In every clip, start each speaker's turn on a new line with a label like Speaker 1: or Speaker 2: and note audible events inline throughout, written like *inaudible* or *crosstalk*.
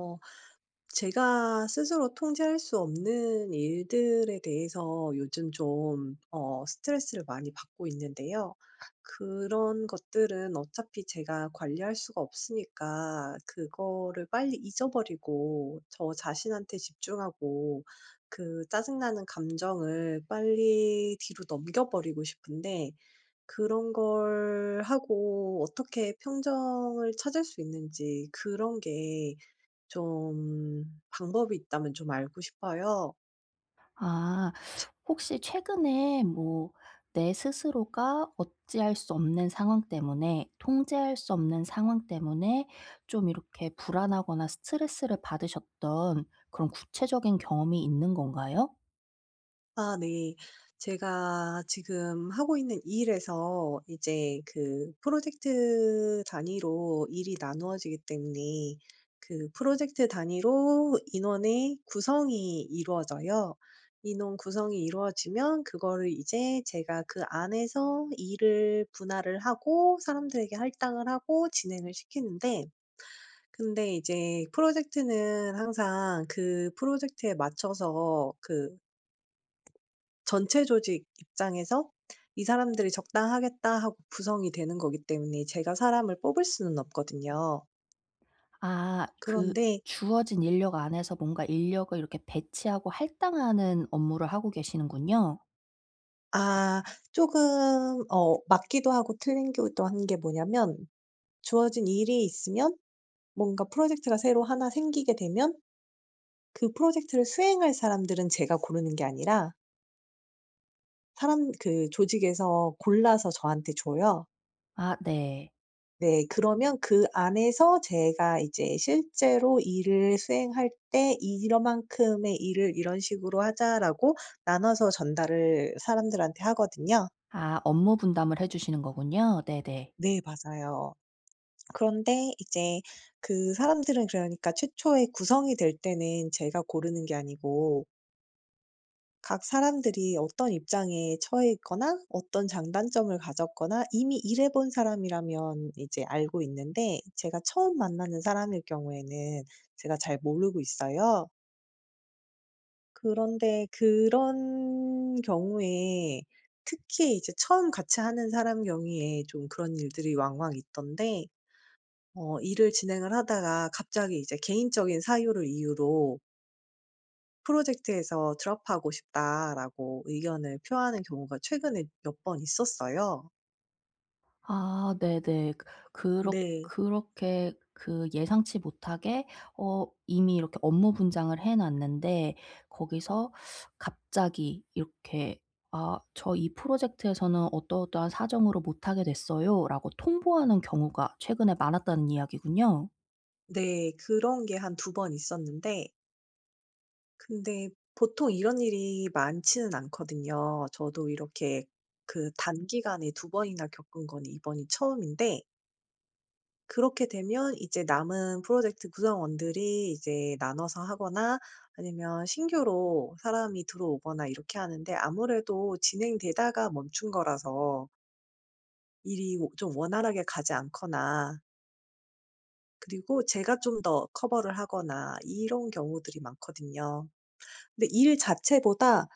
Speaker 1: 어 제가 스스로 통제할 수 없는 일들에 대해서 요즘 좀 스트레스를 많이 받고 있는데요. 그런 것들은 어차피 제가 관리할 수가 없으니까 그거를 빨리 잊어버리고 저 자신한테 집중하고, 그 짜증나는 감정을 빨리 뒤로 넘겨버리고 싶은데, 그런 걸 하고 어떻게 평정을 찾을 수 있는지, 그런 게 좀 방법이 있다면 좀 알고 싶어요.
Speaker 2: 아. 혹시 최근에 뭐 내 스스로가 어찌할 수 없는 상황 때문에, 통제할 수 없는 상황 때문에 좀 이렇게 불안하거나 스트레스를 받으셨던 그런 구체적인 경험이 있는 건가요?
Speaker 1: 아, 네. 제가 지금 하고 있는 일에서 이제 그 프로젝트 단위로 일이 나누어지기 때문에 그 프로젝트 단위로 인원의 구성이 이루어져요. 인원 구성이 이루어지면 그거를 이제 제가 그 안에서 일을 분할을 하고 사람들에게 할당을 하고 진행을 시키는데, 근데 이제 프로젝트는 항상 그 프로젝트에 맞춰서 그 전체 조직 입장에서 '이 사람들이 적당하겠다.' 하고 구성이 되는 거기 때문에 제가 사람을 뽑을 수는 없거든요.
Speaker 2: 아,
Speaker 1: 그런데,
Speaker 2: 주어진 인력 안에서 뭔가 인력을 이렇게 배치하고 할당하는 업무를 하고 계시는군요.
Speaker 1: 아, 조금 맞기도 하고 틀린 것도 한 게 뭐냐면, 주어진 일이 있으면, 뭔가 프로젝트가 새로 하나 생기게 되면 그 프로젝트를 수행할 사람들은 제가 고르는 게 아니라 사람, 그 조직에서 골라서 저한테 줘요.
Speaker 2: 아, 네.
Speaker 1: 네. 그러면 그 안에서 제가 이제 실제로 일을 수행할 때 "이러만큼의 일을 이런 식으로 하자."라고 나눠서 전달을 사람들한테 하거든요.
Speaker 2: 아, 업무 분담을 해 주시는 거군요. 네네.
Speaker 1: 네, 맞아요. 그런데 이제 그 사람들은, 그러니까 최초에 구성이 될 때는 제가 고르는 게 아니고, 각 사람들이 어떤 입장에 처해 있거나 어떤 장단점을 가졌거나 이미 일해 본 사람이라면 이제 알고 있는데, 제가 처음 만나는 사람일 경우에는 제가 잘 모르고 있어요. 그런데 그런 경우에, 특히 이제 처음 같이 하는 사람 경우에 좀 그런 일들이 왕왕 있던데, 일을 진행을 하다가 갑자기 이제 개인적인 사유를 이유로 "프로젝트에서 드랍하고 싶다."라고 의견을 표하는 경우가 최근에 몇 번 있었어요.
Speaker 2: 아, 네네. 그렇
Speaker 1: 네.
Speaker 2: 그렇게 예상치 못하게, 이미 이렇게 업무 분장을 해 놨는데 거기서 갑자기 이렇게 "아, 저 이 프로젝트에서는 어떠어떠한 사정으로 못 하게 됐어요."라고 통보하는 경우가 최근에 많았다는 이야기군요.
Speaker 1: 네. 그런 게 한 두번 있었는데, 근데 보통 이런 일이 많지는 않거든요. 저도 이렇게 그 단기간에 두 번이나 겪은 건 이번이 처음인데, 그렇게 되면 이제 남은 프로젝트 구성원들이 이제 나눠서 하거나 아니면 신규로 사람이 들어오거나 이렇게 하는데, 아무래도 진행되다가 멈춘 거라서 일이 좀 원활하게 가지 않거나 그리고 제가 좀 더 커버를 하거나 이런 경우들이 많거든요. 근데 일 자체보다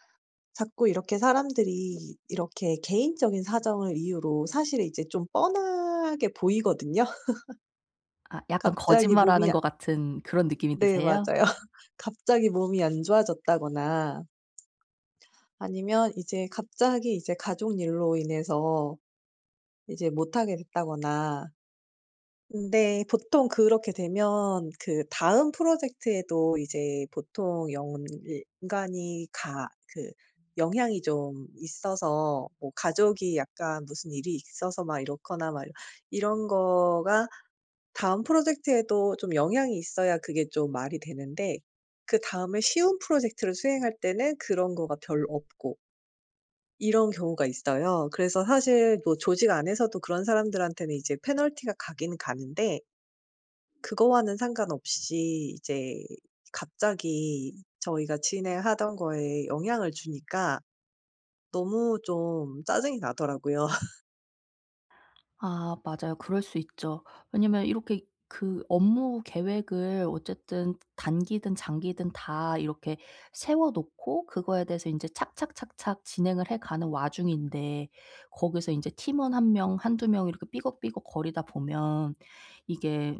Speaker 1: 자꾸 이렇게 사람들이 이렇게 개인적인 사정을 이유로, 사실 이제 좀 뻔하게 보이거든요. *laughs*
Speaker 2: 아, 약간
Speaker 1: 갑자기 몸이
Speaker 2: 거짓말하는 것 같은 그런 느낌이
Speaker 1: 네,
Speaker 2: 드세요?
Speaker 1: 맞아요. *laughs* 갑자기 몸이 안 좋아졌다거나 아니면 이제 갑자기 이제 가족 일로 인해서 이제 못하게 됐다거나. 근데 보통 그렇게 되면 그 다음 프로젝트에도 이제 보통 연 연관이 가, 그 영향이 좀 있어서, 뭐 가족이 약간 무슨 일이 있어서 막 이렇거나 막 이런 거가 다음 프로젝트에도 좀 영향이 있어야 그게 좀 말이 되는데, 그다음에 쉬운 프로젝트를 수행할 때는 그런 거가 별로 없고 이런 경우가 있어요. 그래서 사실 뭐 조직 안에서도 그런 사람들한테는 이제 페널티가 가긴 가는데, 그거와는 상관없이 이제 갑자기 저희가 진행하던 거에 영향을 주니까 너무 좀 짜증이 나더라고요. *laughs*
Speaker 2: 아, 맞아요. 그럴 수 있죠. 왜냐면 이렇게 그 업무 계획을 어쨌든 단기든 장기든 다 이렇게 세워 놓고, 그거에 대해서 이제 착착착착 진행을 해 가는 와중인데, 거기서 이제 팀원 한 명 한두 명 이렇게 삐걱삐걱 거리다 보면 이게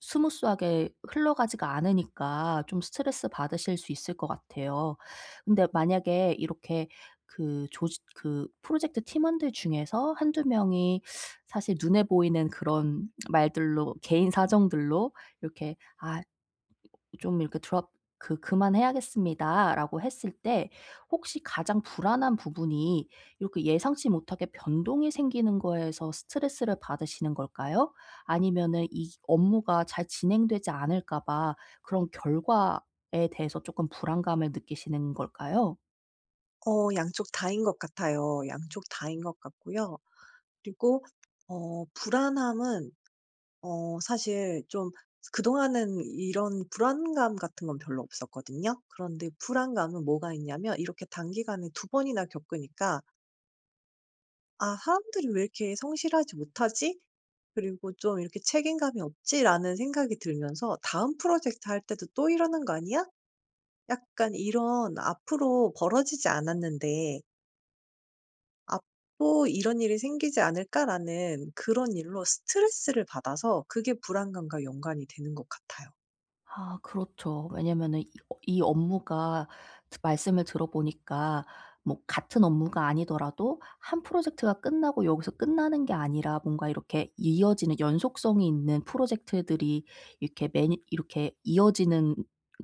Speaker 2: 스무스하게 흘러가지가 않으니까 좀 스트레스 받으실 수 있을 것 같아요. 근데 만약에 이렇게 그 조직 그 프로젝트 팀원들 중에서 한두 명이 사실 눈에 보이는 그런 말들로, 개인 사정들로 이렇게 "아, 좀 이렇게 드롭, 그 그만해야겠습니다."라고 했을 때, 혹시 가장 불안한 부분이 이렇게 예상치 못하게 변동이 생기는 거에서 스트레스를 받으시는 걸까요? 아니면은 이 업무가 잘 진행되지 않을까 봐 그런 결과에 대해서 쪼끔 불안감을 느끼시는 걸까요?
Speaker 1: 어, 양쪽 다인 것 같아요. 양쪽 다인 것 같고요. 그리고 불안함은, 사실 좀 그동안은 이런 불안감 같은 건 별로 없었거든요. 그런데 불안감은 뭐가 있냐면, 이렇게 단기간에 두 번이나 겪으니까 '아, 사람들이 왜 이렇게 성실하지 못하지? 그리고 좀 이렇게 책임감이 없지?'라는 생각이 들면서 '다음 프로젝트 할 때도 또 이러는 거 아니야?' 약간 이런, '앞으로 벌어지지 않았는데 앞으로 이런 일이 생기지 않을까?'라는 그런 일로 스트레스를 받아서 그게 불안감과 연관이 되는 것 같아요.
Speaker 2: 아, 그렇죠. 왜냐면은 이 업무가, 말씀을 들어보니까 뭐 같은 업무가 아니더라도 한 프로젝트가 끝나고 여기서 끝나는 게 아니라 뭔가 이렇게 이어지는 연속성이 있는 프로젝트들이 이렇게 매 이렇게 이어지는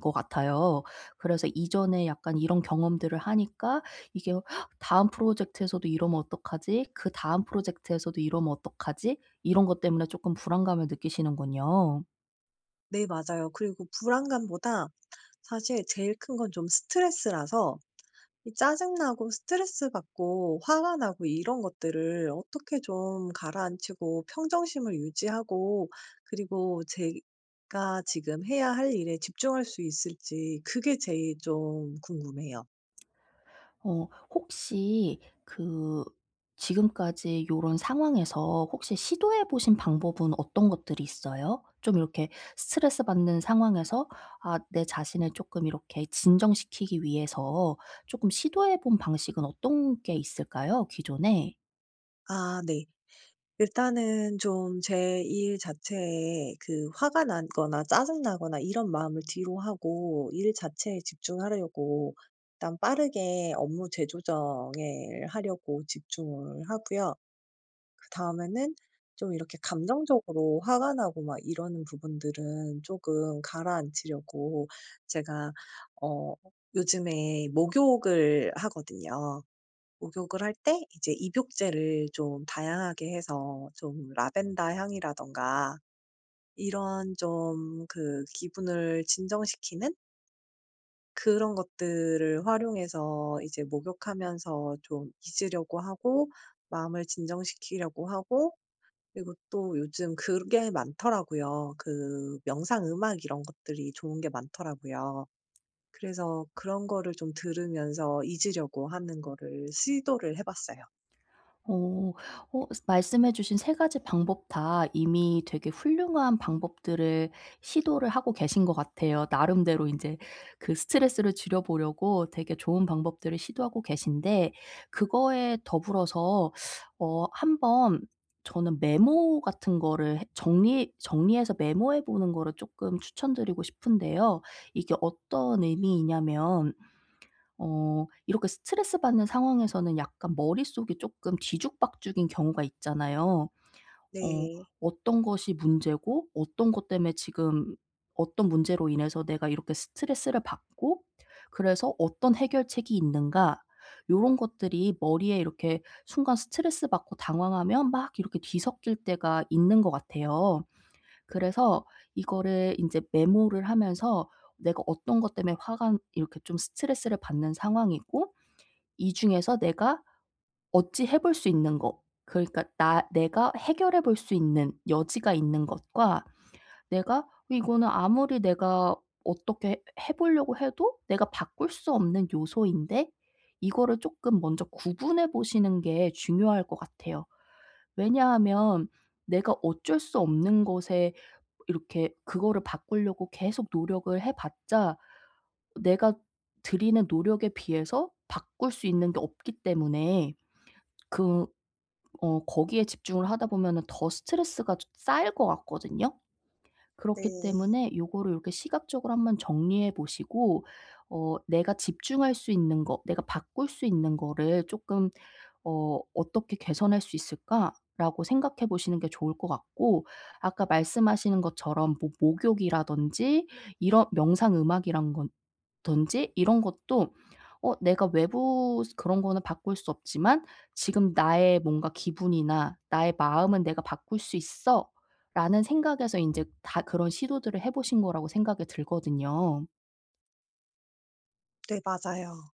Speaker 2: 것 같아요. 그래서 이전에 약간 이런 경험들을 하니까 이게 "헉, '다음 프로젝트에서도 이러면 어떡하지? 그다음 프로젝트에서도 이러면 어떡하지?'" 이런 것 때문에 조금 불안감을 느끼시는군요.
Speaker 1: 네, 맞아요. 그리고 불안감보다 사실 제일 큰 건 좀 스트레스라서, 이 짜증나고 스트레스 받고 화가 나고 이런 것들을 어떻게 좀 가라앉히고 평정심을 유지하고 그리고 제가 지금 해야 할 일에 집중할 수 있을지 그게 제일 좀 궁금해요.
Speaker 2: 혹시 지금까지 요런 상황에서 혹시 시도해 보신 방법은 어떤 것들이 있어요? 좀 이렇게 스트레스 받는 상황에서 아, 내 자신을 조금 이렇게 진정시키기 위해서 조금 시도해 본 방식은 어떤 게 있을까요, 기존에?
Speaker 1: 아, 네. 일단은 좀 제 일 자체에 그 화가 나거나 짜증나거나 이런 마음을 뒤로 하고 일 자체에 집중하려고 일단 빠르게 업무 재조정을 하려고 집중을 하고요. 그다음에는 좀 이렇게 감정적으로 화가 나고 막 이러는 부분들은 조금 가라앉히려고, 제가 어 요즘에 목욕을 하거든요. 목욕을 할 때 이제 입욕제를 좀 다양하게 해서 좀 라벤더 향이라든가 이런 좀 그 기분을 진정시키는 그런 것들을 활용해서 이제 목욕하면서 좀 잊으려고 하고 마음을 진정시키려고 하고, 그리고 또 요즘 그게 많더라고요. 그 명상 음악 이런 것들이 좋은 게 많더라고요. 그래서 그런 거를 좀 들으면서 잊으려고 하는 거를 시도를 해 봤어요.
Speaker 2: 어. 말씀해 주신 세 가지 방법 다 이미 되게 훌륭한 방법들을 시도를 하고 계신 것 같아요. 나름대로 이제 그 스트레스를 줄여 보려고 되게 좋은 방법들을 시도하고 계신데, 그거에 더불어서 한번 저는 메모 같은 거를 해, 정리 정리해서 메모해 보는 거를 조금 추천드리고 싶은데요. 이게 어떤 의미이냐면, 이렇게 스트레스 받는 상황에서는 약간 머릿속이 조금 뒤죽박죽인 경우가 있잖아요. 어
Speaker 1: 네.
Speaker 2: 어떤 것이 문제고 어떤 것 때문에 지금, 어떤 문제로 인해서 내가 이렇게 스트레스를 받고 그래서 어떤 해결책이 있는가, 요런 것들이 머리에 이렇게 순간 스트레스 받고 당황하면 막 이렇게 뒤섞일 때가 있는 것 같아요. 그래서 이거를 이제 메모를 하면서 내가 어떤 것 때문에 화가, 이렇게 좀 스트레스를 받는 상황이고, 이 중에서 내가 어찌 해볼 수 있는 것, 그러니까 나 내가 해결해 볼 수 있는 여지가 있는 것과, 내가 이거는 아무리 내가 어떻게 해 보려고 해도 내가 바꿀 수 없는 요소인데, 이거를 쪼끔 먼저 구분해 보시는 게 중요할 것 같아요. 왜냐하면 내가 어쩔 수 없는 것에 이렇게 그거를 바꾸려고 계속 노력을 해 봤자, 내가 들이는 노력에 비해서 바꿀 수 있는 게 없기 때문에, 그 거기에 집중을 하다 보면은 더 스트레스가 좀 쌓일 것 같거든요. 그렇기
Speaker 1: 네.
Speaker 2: 때문에 요거를 이렇게 시각적으로 한번 정리해 보시고, 내가 집중할 수 있는 거, 내가 바꿀 수 있는 거를 쪼끔 '어떻게 개선할 수 있을까?'라고 생각해 보시는 게 좋을 것 같고, 아까 말씀하시는 것처럼 뭐 목욕이라든지 이런 명상 음악이란 건, 든지 이런 것도, 내가 외부 스 그런 거는 바꿀 수 없지만 '지금 나의 뭔가 기분이나 나의 마음은 내가 바꿀 수 있어.' 라는 생각에서 인제 다 그런 시도들을 해 보신 거라고 생각이 들거든요.
Speaker 1: 네, 맞아요.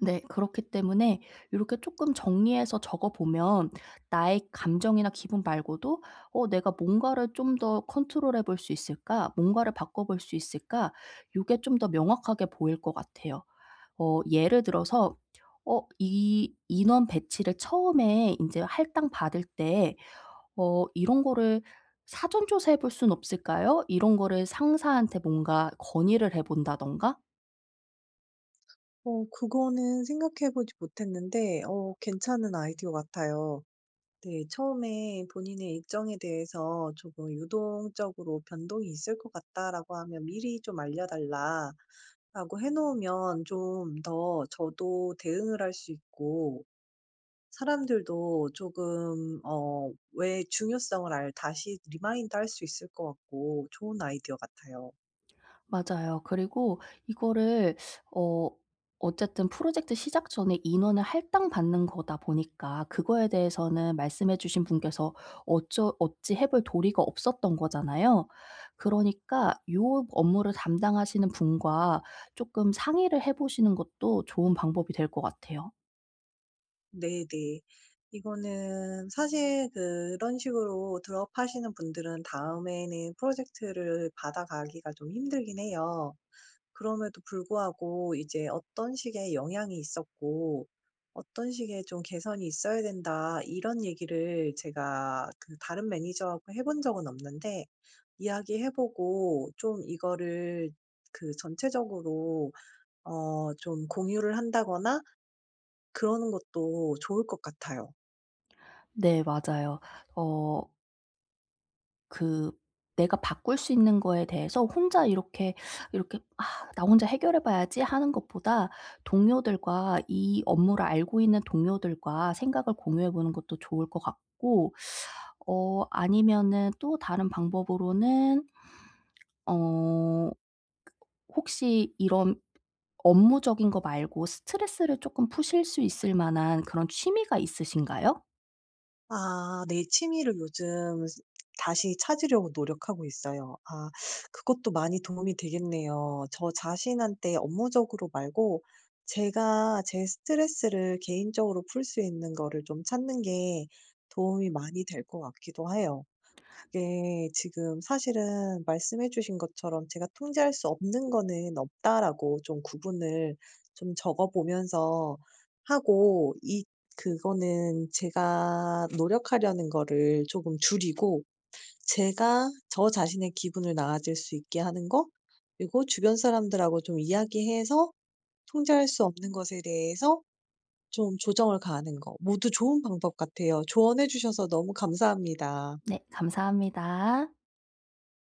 Speaker 2: 네. 그렇기 때문에 요렇게 쪼끔 정리해서 적어 보면, 나의 감정이나 기분 말고도 '어, 내가 뭔가를 좀 더 컨트롤해 볼 수 있을까? 뭔가를 바꿔 볼 수 있을까?' 요게 좀 더 명확하게 보일 것 같아요. 예를 들어서 이 인원 배치를 처음에 인제 할당받을 때, 이런 거를 사전 조사해 볼 순 없을까요? 이런 거를 상사한테 뭔가 건의를 해본다던가.
Speaker 1: 어, 그거는 생각해 보지 못했는데 괜찮은 아이디어 같아요. 네, 처음에 본인의 일정에 대해서 조금 '유동적으로 변동이 있을 것 같다.'라고 하면 미리 좀 알려 달라, 라고 해 놓으면 좀 더 저도 대응을 할 수 있고, 사람들도 조금 왜 중요성을 알 다시 리마인드 할 수 있을 것 같고 좋은 아이디어 같아요.
Speaker 2: 맞아요. 그리고 이거를, 어 어쨌든 프로젝트 시작 전에 인원을 할당받는 거다 보니까 그거에 대해서는 말씀해 주신 분께서 어쩌 어찌 해볼 도리가 없었던 거잖아요. 그러니까 요 업무를 담당하시는 분과 조금 상의를 해 보시는 것도 좋은 방법이 될 것 같아요.
Speaker 1: 네네. 이거는 사실 그런 식으로 드롭하시는 분들은 다음에는 프로젝트를 받아가기가 좀 힘들긴 해요. 그럼에도 불구하고 이제 어떤 식의 영향이 있었고 어떤 식의 좀 개선이 있어야 된다 이런 얘기를 제가 그 다른 매니저하고 해본 적은 없는데, 이야기해 보고 좀 이거를 그 전체적으로 좀 공유를 한다거나 그러는 것도 좋을 것 같아요.
Speaker 2: 네, 맞아요. 어 그 내가 바꿀 수 있는 거에 대해서 혼자 이렇게, 이렇게 '아, 나 혼자 해결해 봐야지.' 하는 것보다 동료들과, 이 업무를 알고 있는 동료들과 생각을 공유해 보는 것도 좋을 것 같고, 아니면은 또 다른 방법으로는, 어 혹시 이런 업무적인 거 말고 스트레스를 쪼끔 푸실 수 있을 만한 그런 취미가 있으신가요?
Speaker 1: 아, 내 취미를 요즘 스 다시 찾으려고 노력하고 있어요. 아, 그것도 많이 도움이 되겠네요. 저 자신한테 업무적으로 말고 제가 제 스트레스를 개인적으로 풀 수 있는 거를 좀 찾는 게 도움이 많이 될 것 같기도 해요. 이게 지금 사실은 말씀해 주신 것처럼 제가 통제할 수 없는 거는 없다라고 좀 구분을 좀 적어 보면서 하고, 이 그거는 제가 노력하려는 거를 조금 줄이고 제가 저 자신의 기분을 나아질 수 있게 하는 거 그리고 주변 사람들하고 좀 이야기해서 통제할 수 없는 것에 대해서 좀 조정을 가하는 거 모두 좋은 방법 같아요. 조언해 주셔서 너무 감사합니다.
Speaker 2: 네, 감사합니다.